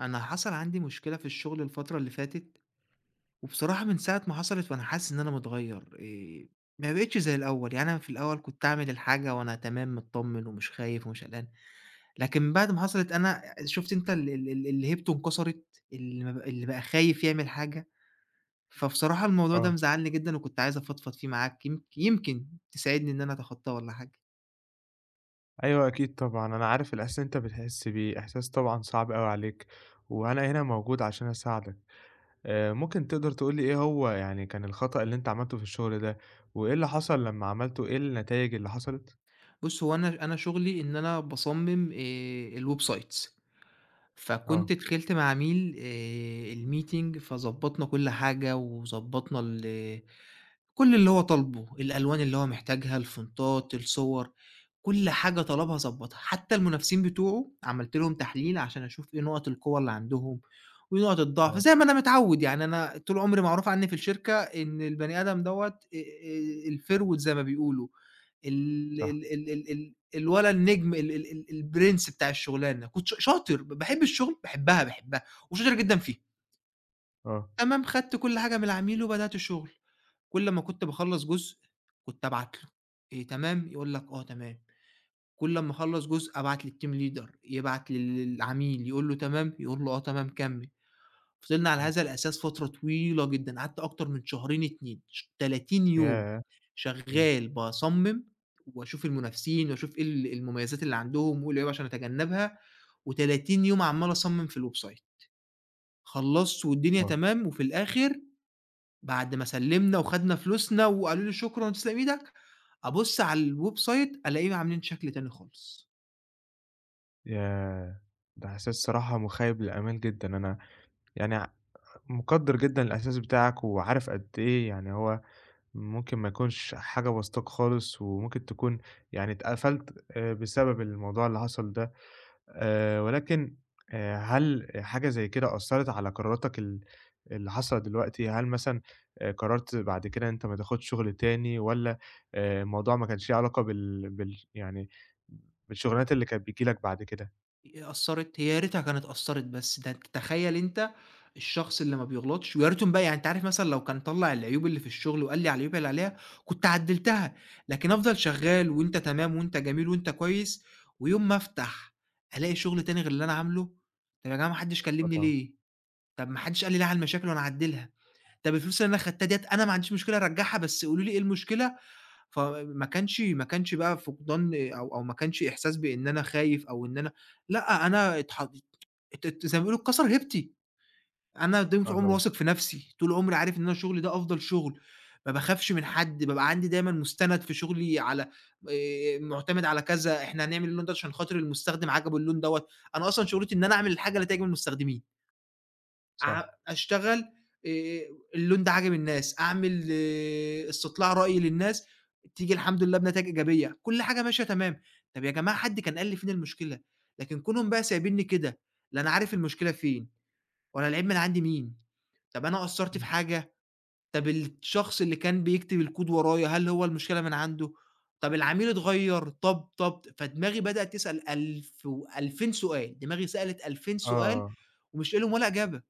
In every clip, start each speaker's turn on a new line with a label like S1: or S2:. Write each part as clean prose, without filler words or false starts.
S1: أنا حصل عندي مشكلة في الشغل الفترة اللي فاتت، وبصراحة من ساعة ما حصلت وأنا حاسس إن أنا متغيّر، ما بقيتش زي الأول، يعني أنا في الأول كنت أعمل الحاجة وأنا تمام متطمن ومش خايف ومش قلقان، لكن بعد ما حصلت أنا شُفت أنت ال ال ال اللي هيبته انكسرت، اللي ما بق اللي بقى خايف يعمل حاجة، فبصراحة الموضوع ده
S2: آه،
S1: مزعّلني جدًا وكنت عايز أفضفض فيه معاك، يمكن تساعدني إن أنا أتخطاه والّا حاجة.
S2: أيوه أكيد طبعًا، أنا عارف الإحساس اللي أنت بتحس بيه، إحساس طبعًا صعب أوي عليك، وأنا هنا موجود عشان أساعدك. ممكن تقدر تقول لي إيه هو يعني كان الخطأ اللي أنت عملته في الشغل ده، وإيه اللي حصل لمّا عملته، إيه النتايج اللي حصلت؟
S1: بُص، هو أنا شغلي إن أنا باصمم الwebsites.
S2: آه.
S1: فكنت دخلت مع عميل الmeeting، فضبّطنا كل حاجة، وضبّطنا كل اللي هو طالبه، الألوان اللي هو محتاجها، الفونتات، الصور، كل حاجة طلبها ضبّطها، حتى المنافسين بتوعه عملت لهم تحليل عشان أشوف إيه نقط القوة اللي عندهم، وإيه نقط الضعف،
S2: آه.
S1: زي ما أنا متعوّد، يعني أنا طول عمري معروف عني في الشركة إن البني آدم دوّة آآ الفرود زي ما بيقولوا، ال
S2: صح.
S1: ال ال ال ال الولد النجم ال ال ال البرنس بتاع الشغلانة، كنت شاطر، باحب الشغل، باحبها، باحبها وشاطر جدًا فيها.
S2: آه.
S1: تمام، خدت كل حاجة من العميل وبدأت الشغل، كل أمّا كنت باخلّص جزء كنت أبعت له إيه تمام؟ يقول لك آه تمام، كل أمّا أخلّص جزء أبعت للteam leader يبعت للعميل يقول له تمام، يقول له آه تمام كمّل، فضلنا على
S2: إمم.
S1: هذا الأساس فترة طويلة جدًا، قعدت أكتر من شهرين، 2 30 يوم
S2: ياه! إمم.
S1: شغّال باصمم، واشوف المنافسين واشوف إيه المميزات اللي عندهم وإيه العيوب عشان أتجنبها، و30 يوم عمّال أصمم في الwebsite، خلّصت والدنيا
S2: آه.
S1: تمام، وفي الآخر بعد ما سلّمنا وخدنا فلوسنا وقالوا لي: "شكرًا وتسلم إيدك." أبُص على الweb site ألاقيهم عاملين شكل تاني خالص.
S2: ياه! ده إحساس صراحة مخيب للآمال جدًا، أنا يعني مقدّر جدًا الإحساس بتاعك، وعارف قد إيه يعني هو ممكن ما يكونش حاجة بسيطاك خالص، وممكن تكون يعني اتقفلت بسبب الموضوع اللي حصل ده، ولكن هل حاجة زي كده أثّرت على قراراتك اللي حاصلة دلوقتي؟ هل مثلًا قررت بعد كده إن أنت ما تاخدش شغل تاني، والّا الموضوع ما كانش ليه علاقة بال بال يعني بالشغلانات اللي كانت بتيجي لك بعد كده؟
S1: أثّرت، هي يا ريتها كانت أثّرت بس، ده أنت تخيّل أنت الشخص اللي ما بيغلطش، ويا ريتهم بقى يعني أنت عارف مثلًا لو كان طلّع العيوب اللي في الشغل وقال لي على العيوب اللي عليها، كنت عدّلتها، لكن أفضل شغّال وأنت تمام وأنت جميل وأنت كويس، ويوم ما أفتح ألاقي شغل تاني غير اللي أنا عامله، طَب يا جماعة ما حدّش
S2: آه،
S1: كلّمني
S2: طبعًا.
S1: ليه؟ طَب ما حدّش قال لي ليه على المشاكل وأنا أعدّلها. طب الفلوس اللي أنا خدتها ديّة أنا ما عنديش مشكلة أرجّعها، بس قولوا لي إيه المشكلة، فما كانش ما كانش بقى فقدان، أو ما كانش إحساس بإن أنا خايف أو إن أنا، لأ، أنا اتحط، ات ات زي ما بيقولوا اتكسر هيبتي، أنا طول
S2: آه،
S1: عمري
S2: طبعًا.
S1: واثق في نَفْسي، طول عمري عارف إن أنا شغلي ده أفضل شغل، ما باخافش من حد، بابقى عندي دايمًا مُستند في شغلي على، مُعتمد على كذا، إحنا هنعمل اللون ده عشان خاطر المستخدم عجبه اللون دوّة، أنا أصلًا شغلتي إن أنا أعمل الحاجة اللي تعجب المستخدمين. ع
S2: صح.
S1: أشتغل، آآ اللون ده عاجب الناس، أعمل إيه، استطلاع رأي للناس، تيجي الحمد لله بنتايج إيجابية، كل حاجة ماشية تمام. طب يا جماعة حد كان قال لي فين المشكلة؟ لكن كونهم بقى سايبينّي كده، لا أنا عارف المشكلة فين، ولا العيب من عند مين، طب أنا قصّرت في
S2: إمم.
S1: حاجة، طب الشخص اللي كان بيكتب الكود ورايا هل هو المشكلة من عنده، طب العميل اتغيّر، طب، طب، فدماغي بدأت تسأل ألف و2000 سؤال، دماغي سألت 2000 سؤال
S2: آه.
S1: ومش لاقي لهم ولا إجابة.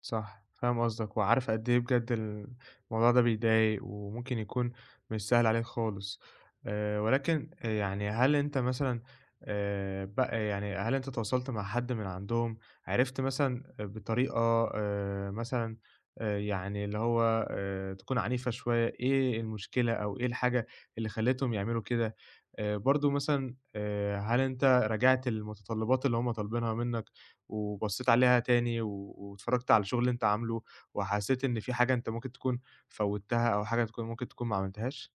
S2: صح، فاهم قصدك، وعارف قد إيه بجد الموضوع ده بيضايق، وممكن يكون مش سهل عليك خالص. ولكن يعني هل أنت مثلًا بقى يعني هل أنت تواصلت مع حد من عندهم، عرفت مثلًا بطريقة مثلًا يعني اللي هو تكون عنيفة شوية، إيه المشكلة أو إيه الحاجة اللي خلّتهم يعملوا كده؟ برضه مثلًا هل أنت راجعت المتطلبات اللي هُم طالبينها منك؟ وبصيت عليها تاني واتفرّجت على الشغل اللي أنت عامله، وحسيت إن في حاجة أنت ممكن تكون فوّتّها أو حاجة تكون ممكن تكون ما عملتهاش؟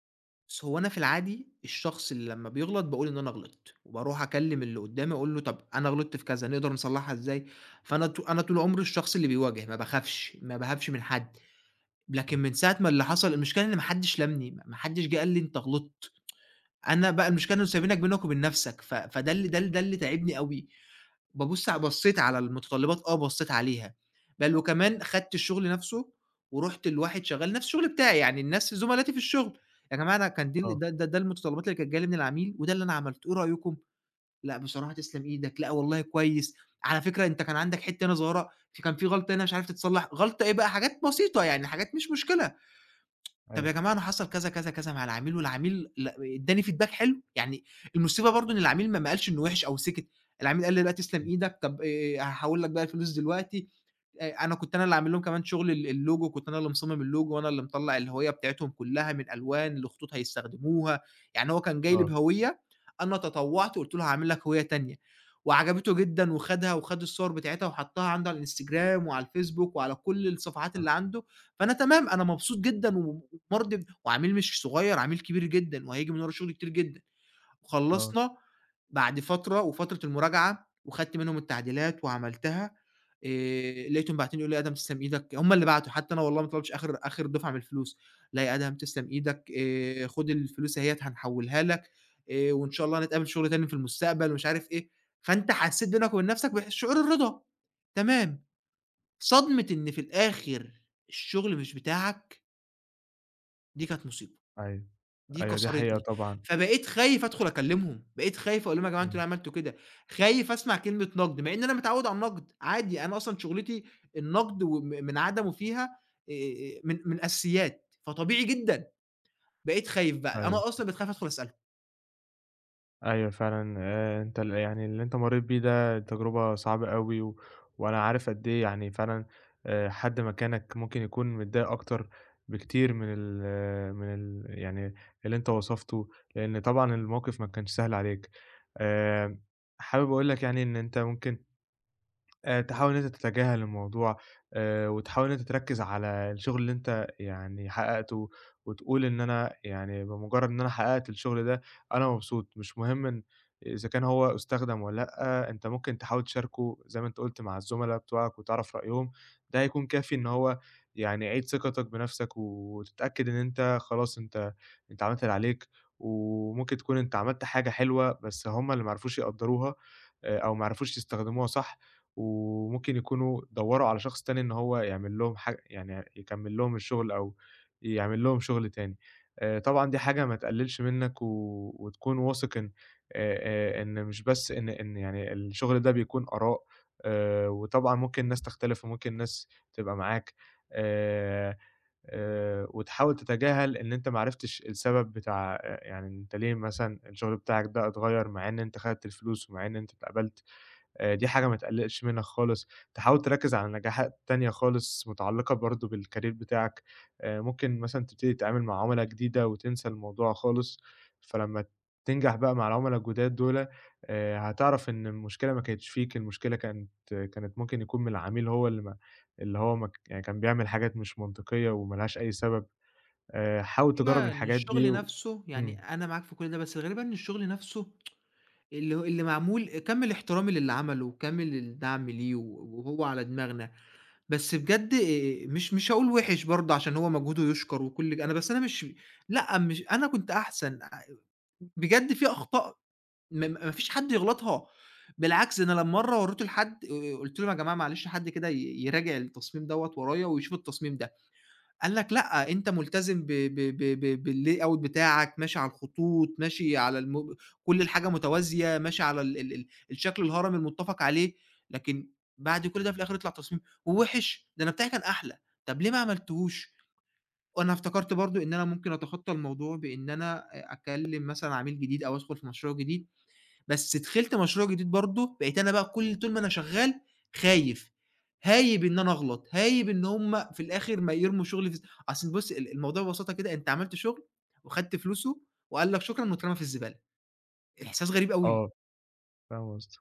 S1: بُص، هو أنا في العادي الشخص اللي لمّا بيغلط باقول إن أنا غلطت، وباروح أكلّم اللي قدّامي أقول له طَب أنا غلطت في كذا نقدر نصلّحها إزاي؟ فأنا ط أنا طول عمري الشخص اللي بيواجه ما باخافش، ما باهابش من حد، لكن
S2: إمم.
S1: من ساعة ما اللي حصل المشكلة إن ما حدش لَمني، ما حدش جه قال لي أنت غلطت، أنا بقى المشكلة إنه سايبينك بينك وبين نَفْسك، فده اللي ده ال ده اللي تاعبني أوي، بابُص ع بصّيت على المتطلّبات آه، بصّيت عليها، بل وكمان خدت الشغل نَفْسه ورُحت لواحد شغّال نَفْس الشغل بتاعي، يعني الناس زُملاتي في الشغل: "يا جماعة أنا كان دي
S2: آه.
S1: ال ده ده ده المتطلّبات اللي كانت جاية لي من العميل وده اللي أنا عملته، إيه رأيكم؟" "لأ، بصراحة تسلم إيدك." "لأ، والله كويس." "على فكرة أنت كان عندك حتّة هنا صغيّرة، في كان في غلطة هنا مش عارف تتصلّح." غلطة إيه بقى، حاجات بسيطة يعني، حاجات مش مشكلة. طب يا
S2: أيوه.
S1: جماعة أنا حصل كذا، كذا، كذا مع العميل، والعميل ادّاني feedback حلو، يعني المصيبة برضه إن العميل ما قالش إنه وِحِش أو سِكِت، العميل قال لي: "لأ تسلم
S2: إمم.
S1: إيدك، طب، هاحوّل لك بقى الفلوس دلوقتي." أنا كنت أنا اللي عامل لهم كمان شغل الLogo، كنت أنا اللي مصمم الLogo وأنا اللي مطلّع الهوية بتاعتهم كلّها من ألوان لخطوط هيستخدموها، يعني هو كان جاي لي
S2: آه.
S1: بهوية، أنا تطوّعت وقُلت له هاعمل لك هوية تانية، وعجبته جدًا وخدها وخد الصور بتاعتها وحطّها عنده على الInstagram وعلى الFacebook وعلى كل الصفحات
S2: صح.
S1: اللي عنده، فأنا تمام، أنا مبسوط جدًا ومرضي، وعميل مش صغير، عميل كبير جدًا وهييجي من ورا شغل كتير جدًا.
S2: آه.
S1: وخلّصنا بعد فترة، وفترة المراجعة وخدت منهم التعديلات وعملتها، لقيتهم باعتين لي يقولوا لي: "أدهم تسلم إيدك." هم اللي بعتوا، حتى أنا والله ما طلبتش آخر دفعة من الفلوس، "لأ يا أدهم تسلم إيدك، خُد الفلوس أهيّة هنحوّلها لك، وإن شاء الله هنتقابل شغل تاني في المستقبل." ومش عارف إيه، فأنت حسّيت بينك وبين نَفْسك بشعور الرضا، تمام، صدمة إن في الآخر الشغل مش بتاعك، دي كانت مصيبة.
S2: أيوه.
S1: دي
S2: أيوه، دي حقيقة
S1: كسرتني،
S2: طبعًا.
S1: فبقيت خايف أدخل أكلمهم، بقيت خايف أقول لهم يا جماعة أنتم
S2: إمم.
S1: ليه عملتوا كده، خايف أسمع كلمة نقد، مع إن أنا متعود على النقد، عادي أنا أصلًا شغلتي النقد من عدمه فيها، من الأساسيات، فطبيعي جدًا، بقيت خايف بقى،
S2: أيوه،
S1: أنا
S2: صح.
S1: أصلًا بقيت خايف أدخل أسألهم.
S2: أيوه فعلًا، أنت يعني اللي أنت مرّيت بيه ده تجربة صعبة أوي، وأنا عارف قد إيه يعني فعلًا حد مكانك ممكن يكون متضايق أكتر بكتير من ال آه، من يعني اللي أنت وصفته، لإن طبعًا الموقف ما كانش سهل عليك. آآ حابب أقول لك يعني إن أنت ممكن تحاول إن أنت تتجاهل الموضوع، وتحاول إن أنت تركّز على الشغل اللي أنت يعني حقّقته، وتقول إن أنا يعني بمُجرّد إن أنا حقّقت الشغل ده أنا مبسوط، مش مهم إذا كان هو أُستخدم والّا لأ، أنت ممكن تحاول تشاركه زي ما أنت قُلت مع الزُملا بتوعك وتعرف رأيهم، ده هيكون كافي إن هو يعني يعيد ثقتك بنَفْسك وتتأكد إن أنت خلاص، أنت عملت اللي عليك، وممكن تكون أنت عملت حاجة حلوة بس هم اللي ما عرفوش يقدّروها، أو ما عرفوش يستخدموها صح. وممكن يكونوا دوّروا على شخص تاني إن هو يعمل لهم يعني يكمّل لهم الشغل أو يعمل لهم شغل تاني. طبعًا دي حاجة ما تقلّلش منّك، وتكون واثق إن آآ مش بس إن يعني الشغل ده بيكون آراء، وطبعًا ممكن ناس تختلف وممكن ناس تبقى معاك. آآ وتحاول تتجاهل إن أنت ما عرفتش السبب بتاع يعني أنت ليه مثلًا الشغل بتاعك ده اتغيّر مع إن أنت خدت الفلوس ومع إن أنت اتقبلت. دي حاجة ما تقلّقش منها خالص، تحاول تركّز على نجاحات تانية خالص متعلّقة برضه بالcareer بتاعك. ممكن مثلًا تبتدي تتعامل مع عُملا جديدة وتنسى الموضوع خالص، فلمّا تنجح بقى مع العُملا الجداد دُولة هتعرف إن المشكلة ما كانتش فيك، المشكلة كانت ممكن يكون من العميل، هو اللي ما اللي هو ما ك يعني كان بيعمل حاجات مش منطقية وما لهاش أي سبب. حاول
S1: إيه
S2: تجرّب
S1: بقى إن
S2: الحاجات دي
S1: الشغل نفسه؟ يعني
S2: إمم.
S1: أنا معاك في كل ده، بس الغريب بقى إن الشغل نفسه اللي هو اللي معمول، كامل احترامي للي عمله وكامل الدعم ليه، وهو على دماغنا. بس بجد، مش هاقول وِحِش برضه عشان هو مجهوده يُشكر، وكل أنا، بس أنا مش، لأ، مش أنا كنت أحسن، بجد في أخطاء ما فيش حد يغلطها، بالعكس ده أنا لمّا مرّة ورّيته لحد، قُلت لهم: "يا جماعة معلش حد كده يراجع التصميم دوّة ورايا ويشوف التصميم ده." قال لك لأ، أنت ملتزم ب ب ب ب بالlayout بتاعك، ماشي على الخطوط، ماشي على كل الحاجة متوازية، ماشي على ال ال ال الشكل الهرمي المتّفق عليه، لكن بعد كل ده في الآخر يطلع تصميم وِوِحِش، ده أنا بتاعي كان أحلى، طب ليه ما عملتهوش؟ وأنا افتكرت برضه إن أنا ممكن أتخطى الموضوع بإن أنا أكلم مثلًا عميل جديد أو أدخل في مشروع جديد، بس دخلت مشروع جديد برضه، بقيت أنا بقى كل طول ما أنا شغال خايف، هايب إن أنا أغلط، هايب إن هم في الآخر ما يرموا شغلي في الز أصل بُص الموضوع ببساطة كده: أنت عملت شغل وخدت فلوسه وقال لك شكرًا واترمى في الزبالة، إحساس غريب أوي،
S2: آه، فاهم قصدك.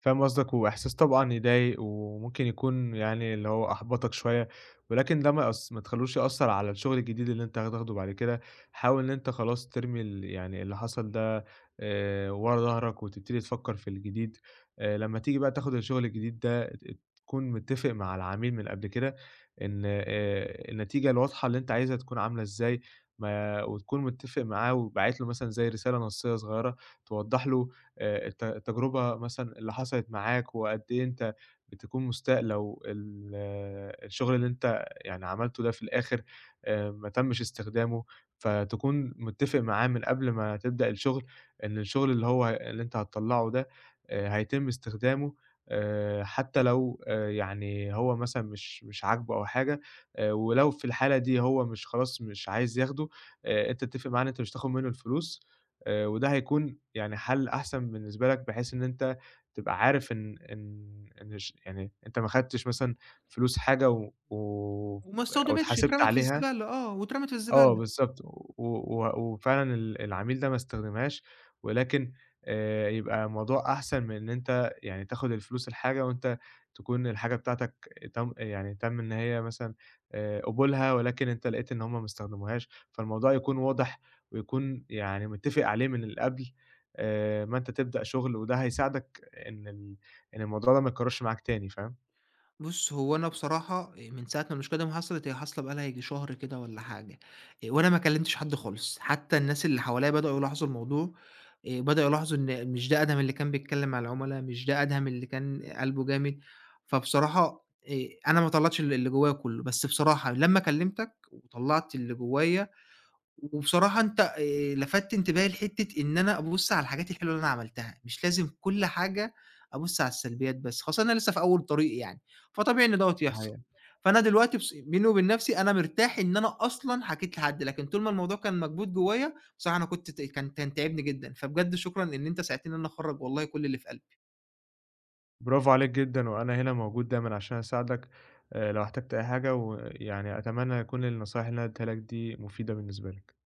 S2: فاهم قصدك، وإحساس طبعًا يضايق، وممكن يكون يعني اللي هو أحبطك شوية، ولكن ده ما تخلّوش يأثّر على الشغل الجديد اللي أنت هتاخده بعد كده. حاول إن أنت خلاص ترمي يعني اللي حصل ده ورا ضهرك، وتبتدي تفكّر في الجديد. لمّا تيجي بقى تاخد الشغل الجديد ده تكون متّفق مع العميل من قبل كده، إن النتيجة الواضحة اللي أنت عايزها تكون عاملة إزاي، ما وتكون متّفق معاه وباعت له مثلًا زي رسالة نصيّة صغيّرة توضّح له التجربة مثلًا اللي حصلت معاك، وقد إيه أنت بتكون مستاء لو ال آه، الشغل اللي أنت يعني عملته ده في الآخر ما تمّش استخدامه. فتكون متّفق معاه من قبل ما تبدأ الشغل، إن الشغل اللي أنت هتطلّعه ده هيتم استخدامه، حتى لو يعني هو مثلًا مش عاجبه أو حاجة. ولو في الحالة دي هو مش خلاص مش عايز ياخده، أنت تتّفق معاه إن أنت مش هتاخد منّه الفلوس، وده هيكون يعني حل أحسن بالنسبة لك، بحيث إن أنت تبقى عارف إن يعني أنت ما خدتش مثلًا فلوس حاجة و و
S1: وما
S2: أو
S1: استخدمتش،
S2: اتحاسبت
S1: اترمت في
S2: عليها.
S1: الزبالة، آه، واترمت في
S2: آه،
S1: الزبالة.
S2: بالضبط. و و وفعلًا العميل ده ما استخدمهاش، ولكن يبقى الموضوع أحسن من إن أنت يعني تاخد الفلوس الحاجة وأنت تكون الحاجة بتاعتك تم يعني تم إن هي مثلًا قبولها، ولكن أنت لقيت إن هُم ما استخدموهاش، فالموضوع يكون واضح ويكون يعني متّفق عليه من القبل، ما أنت تبدأ شغل، وده هيساعدك إن ال إن الموضوع ده ما يتكررش معاك تاني، فاهم؟
S1: بُص، هو أنا بصراحة، من ساعة ما المشكلة دي ما حصلت، هي حاصلة بقى لها ييجي شهر كده والّا حاجة، وأنا ما كلّمتش حد خالص، حتى الناس اللي حواليّا بدأوا يلاحظوا الموضوع، بدأوا يلاحظوا إن مش ده أدهم اللي كان بيتكلّم مع العُملا، مش ده أدهم اللي كان قلبه جامد، فبصراحة، أنا ما طلّعتش اللي جوّايا كلّه، بس بصراحة لمّا كلّمتك وطلّعت اللي جوّايا، وبصراحة أنت، لَفَتّ انتباهي لحتّة إن أنا أبُص على الحاجات الحلوة اللي أنا عملتها، مش لازم كل حاجة أبُص على السلبيات بس، خاصةً أنا لسه في أول طريقي يعني، فطبيعي إن دوّة
S2: دي
S1: يحصل.
S2: حقيقة.
S1: فأنا دلوقتي بص بيني وبين نَفْسي أنا مرتاح إن أنا أصلًا حكيت لحد، لكن طول ما الموضوع كان مكبوت جوّايا بصراحة أنا كنت ت كان كان تاعبني جدًا، فبجد شكرًا إن أنت ساعدتني إن أنا أخرّج والله كل اللي في قلبي.
S2: برافو عليك جدًا، وأنا هنا موجود دايمًا عشان أساعدك، لو احتجت أي حاجة، ويعني أتمنى يكون النصايح اللي أنا اديتها لك دي مفيدة بالنسبة لك.